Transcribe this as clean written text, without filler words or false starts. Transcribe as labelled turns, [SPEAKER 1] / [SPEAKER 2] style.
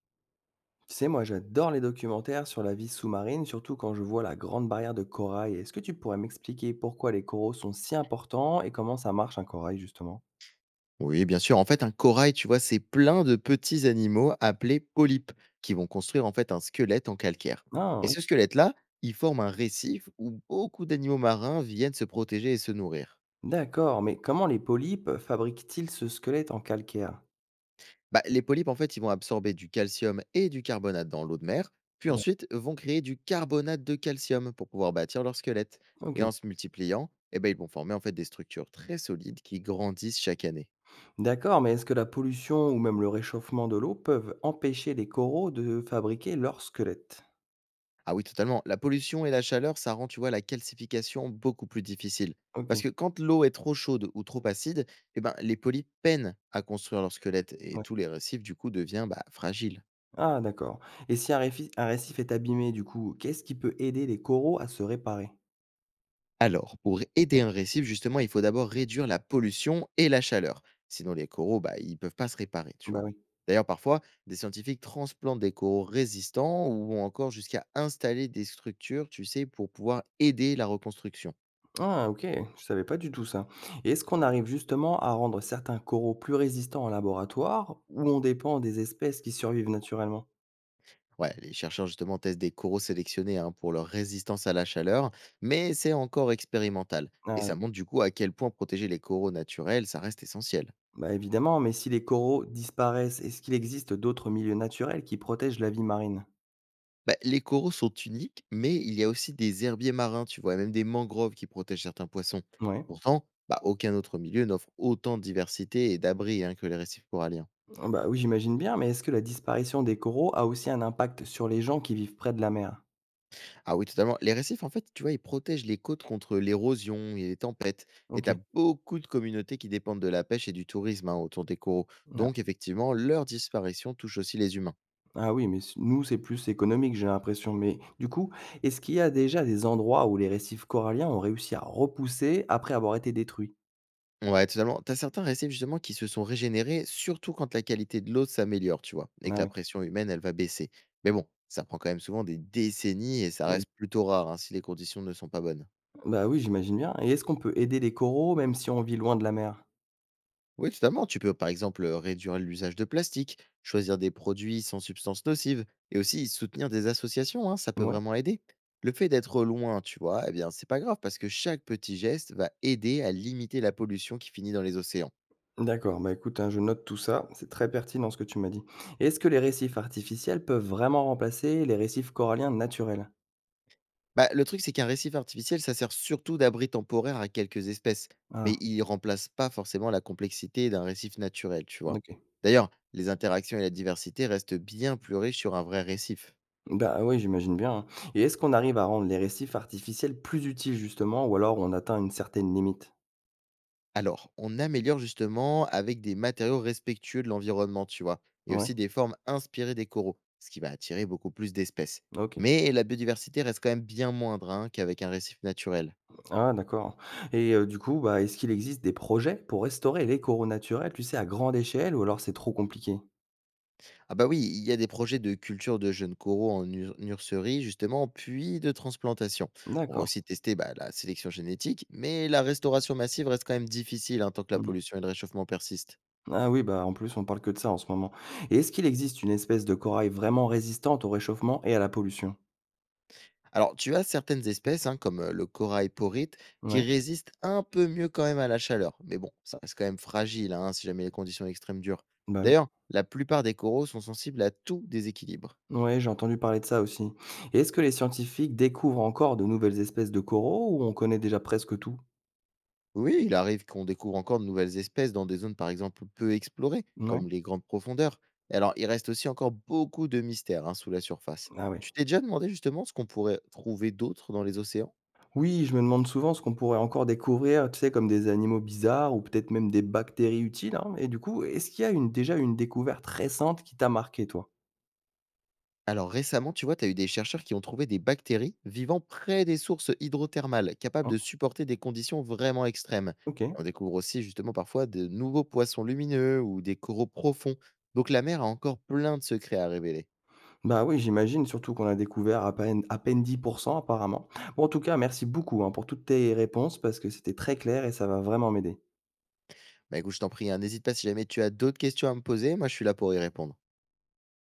[SPEAKER 1] Tu sais, moi, j'adore les documentaires sur la vie sous-marine, surtout quand je vois la grande barrière de corail. Est-ce que tu pourrais m'expliquer pourquoi les coraux sont si importants et comment ça marche un corail, justement?
[SPEAKER 2] Oui, bien sûr. En fait, un corail, tu vois, c'est plein de petits animaux appelés polypes qui vont construire en fait un squelette en calcaire.
[SPEAKER 1] Ah
[SPEAKER 2] Et
[SPEAKER 1] oui,
[SPEAKER 2] ce squelette-là, il forme un récif où beaucoup d'animaux marins viennent se protéger et se nourrir.
[SPEAKER 1] d'accord, mais comment les polypes fabriquent-ils ce squelette en calcaire?
[SPEAKER 2] Bah, les polypes, en fait, ils vont absorber du calcium et du carbonate dans l'eau de mer, puis
[SPEAKER 1] Ouais,
[SPEAKER 2] ensuite vont créer du carbonate de calcium pour pouvoir bâtir leur squelette.
[SPEAKER 1] ok,
[SPEAKER 2] Et en se multipliant, eh ben, ils vont former en fait des structures très solides qui grandissent chaque année.
[SPEAKER 1] d'accord, mais est-ce que la pollution ou même le réchauffement de l'eau peuvent empêcher les coraux de fabriquer leur squelette?
[SPEAKER 2] Ah oui, totalement. La pollution et la chaleur, ça rend, tu vois, la calcification beaucoup plus difficile.
[SPEAKER 1] Ok,
[SPEAKER 2] Parce que quand l'eau est trop chaude ou trop acide, eh ben, les polypes peinent à construire leur squelette et
[SPEAKER 1] ouais.
[SPEAKER 2] tous les récifs, du coup, deviennent bah, fragiles.
[SPEAKER 1] Ah d'accord. Et si un récif est abîmé, du coup, qu'est-ce qui peut aider les coraux à se réparer?
[SPEAKER 2] Alors, pour aider un récif, justement, il faut d'abord réduire la pollution et la chaleur. Sinon, les coraux, bah, ils peuvent pas se réparer, tu
[SPEAKER 1] Bah
[SPEAKER 2] vois.
[SPEAKER 1] oui.
[SPEAKER 2] D'ailleurs, parfois, des scientifiques transplantent des coraux résistants ou encore jusqu'à installer des structures, tu sais, pour pouvoir aider la reconstruction.
[SPEAKER 1] Ah ok, je savais pas du tout ça. Et est-ce qu'on arrive justement à rendre certains coraux plus résistants en laboratoire ou on dépend des espèces qui survivent naturellement?
[SPEAKER 2] Ouais, les chercheurs justement testent des coraux sélectionnés hein, pour leur résistance à la chaleur, mais c'est encore expérimental. Et
[SPEAKER 1] Ah ouais.
[SPEAKER 2] ça montre du coup à quel point protéger les coraux naturels, ça reste essentiel.
[SPEAKER 1] Bah, évidemment, mais si les coraux disparaissent, est-ce qu'il existe d'autres milieux naturels qui protègent la vie marine?
[SPEAKER 2] Bah, les coraux sont uniques, mais il y a aussi des herbiers marins, tu vois, et même des mangroves qui protègent certains poissons.
[SPEAKER 1] Ouais.
[SPEAKER 2] Pourtant, bah, aucun autre milieu n'offre autant de diversité et d'abri hein, que les récifs coralliens.
[SPEAKER 1] Ah bah oui, j'imagine bien, mais est-ce que la disparition des coraux a aussi un impact sur les gens qui vivent près de la mer?
[SPEAKER 2] Ah oui, totalement. Les récifs, en fait, tu vois, ils protègent les côtes contre l'érosion et les tempêtes. Et tu as
[SPEAKER 1] OK.
[SPEAKER 2] beaucoup de communautés qui dépendent de la pêche et du tourisme hein, autour des coraux. Donc, effectivement, leur disparition touche aussi les humains.
[SPEAKER 1] Ah oui, mais s nous, c'est plus économique, j'ai l'impression. Mais du coup, est-ce qu'il y a déjà des endroits où les récifs coralliens ont réussi à repousser après avoir été détruits?
[SPEAKER 2] Ouais, totalement. Tu as certains récifs, justement, qui se sont régénérés, surtout quand la qualité de l'eau s'améliore, tu vois, et
[SPEAKER 1] Ah
[SPEAKER 2] que la
[SPEAKER 1] oui,
[SPEAKER 2] pression humaine, elle va baisser. Mais bon, ça prend quand même souvent des décennies et ça
[SPEAKER 1] oui.
[SPEAKER 2] reste plutôt rare hein, si les conditions ne sont pas bonnes.
[SPEAKER 1] Bah oui, j'imagine bien. Et est-ce qu'on peut aider les coraux même si on vit loin de la mer?
[SPEAKER 2] Oui, totalement. Tu peux par exemple réduire l'usage de plastique, choisir des produits sans substances nocives et aussi soutenir des associations, hein, ça peut
[SPEAKER 1] Ouais.
[SPEAKER 2] vraiment aider. Le fait d'être loin, tu vois, eh bien, c'est pas grave parce que chaque petit geste va aider à limiter la pollution qui finit dans les océans.
[SPEAKER 1] D'accord, bah écoute, hein, je note tout ça, c'est très pertinent ce que tu m'as dit. Et est-ce que les récifs artificiels peuvent vraiment remplacer les récifs coralliens naturels?
[SPEAKER 2] Bah, le truc, c'est qu'un récif artificiel, ça sert surtout d'abri temporaire à quelques espèces, mais
[SPEAKER 1] Ah,
[SPEAKER 2] il remplace pas forcément la complexité d'un récif naturel, tu vois.
[SPEAKER 1] ok.
[SPEAKER 2] D'ailleurs, les interactions et la diversité restent bien plus riches sur un vrai récif.
[SPEAKER 1] Bah oui, j'imagine bien, hein. Et est-ce qu'on arrive à rendre les récifs artificiels plus utiles justement ou alors on atteint une certaine limite?
[SPEAKER 2] Alors, on améliore justement avec des matériaux respectueux de l'environnement, tu vois, et
[SPEAKER 1] Ouais.
[SPEAKER 2] aussi des formes inspirées des coraux, ce qui va attirer beaucoup plus d'espèces.
[SPEAKER 1] OK.
[SPEAKER 2] Mais la biodiversité reste quand même bien moindre hein, qu'avec un récif naturel.
[SPEAKER 1] Ah d'accord et du coup, bah, est-ce qu'il existe des projets pour restaurer les coraux naturels, tu sais, à grande échelle ou alors c'est trop compliqué?
[SPEAKER 2] Ah bah oui, il y a des projets de culture de jeunes coraux en nurserie, justement, puis de transplantation. On va
[SPEAKER 1] D'accord.
[SPEAKER 2] aussi tester bah, la sélection génétique, mais la restauration massive reste quand même difficile hein, tant que la
[SPEAKER 1] Mmh.
[SPEAKER 2] pollution et le réchauffement persistent.
[SPEAKER 1] Ah oui, bah, en plus, on parle que de ça en ce moment et est-ce qu'il existe une espèce de corail vraiment résistante au réchauffement et à la pollution?
[SPEAKER 2] Alors, tu as certaines espèces, hein, comme le corail porite, qui
[SPEAKER 1] Ouais,
[SPEAKER 2] résistent un peu mieux quand même à la chaleur. Mais bon, ça reste quand même fragile hein, si jamais les conditions extrêmes durent.
[SPEAKER 1] bah, oui.
[SPEAKER 2] D'ailleurs, la plupart des coraux sont sensibles à tout déséquilibre.
[SPEAKER 1] Ouais, j'ai entendu parler de ça aussi et est-ce que les scientifiques découvrent encore de nouvelles espèces de coraux ou on connaît déjà presque tout?
[SPEAKER 2] Oui, il arrive qu'on découvre encore de nouvelles espèces dans des zones par exemple peu explorées,
[SPEAKER 1] Ouais.
[SPEAKER 2] comme les grandes profondeurs. Et alors, il reste aussi encore beaucoup de mystères hein, sous la surface.
[SPEAKER 1] Ah oui.
[SPEAKER 2] Tu t'es déjà demandé justement ce qu'on pourrait trouver d'autre dans les océans.
[SPEAKER 1] Oui, je me demande souvent ce qu'on pourrait encore découvrir, tu sais, comme des animaux bizarres ou peut-être même des bactéries utiles, hein. Et du coup, est-ce qu'il y a une, déjà une découverte récente qui t'a marqué, toi?
[SPEAKER 2] Alors récemment, tu vois, tu as eu des chercheurs qui ont trouvé des bactéries vivant près des sources hydrothermales, capables
[SPEAKER 1] Hein?
[SPEAKER 2] de supporter des conditions vraiment extrêmes.
[SPEAKER 1] OK.
[SPEAKER 2] Et on découvre aussi justement parfois de nouveaux poissons lumineux ou des coraux profonds. Donc la mer a encore plein de secrets à révéler.
[SPEAKER 1] Bah oui, j'imagine, surtout qu'on a découvert à peine 10% apparemment. Bon, en tout cas, merci beaucoup, hein, pour toutes tes réponses parce que c'était très clair et ça va vraiment m'aider.
[SPEAKER 2] Bah écoute, je t'en prie, hein, n'hésite pas si jamais tu as d'autres questions à me poser, moi je suis là pour y répondre.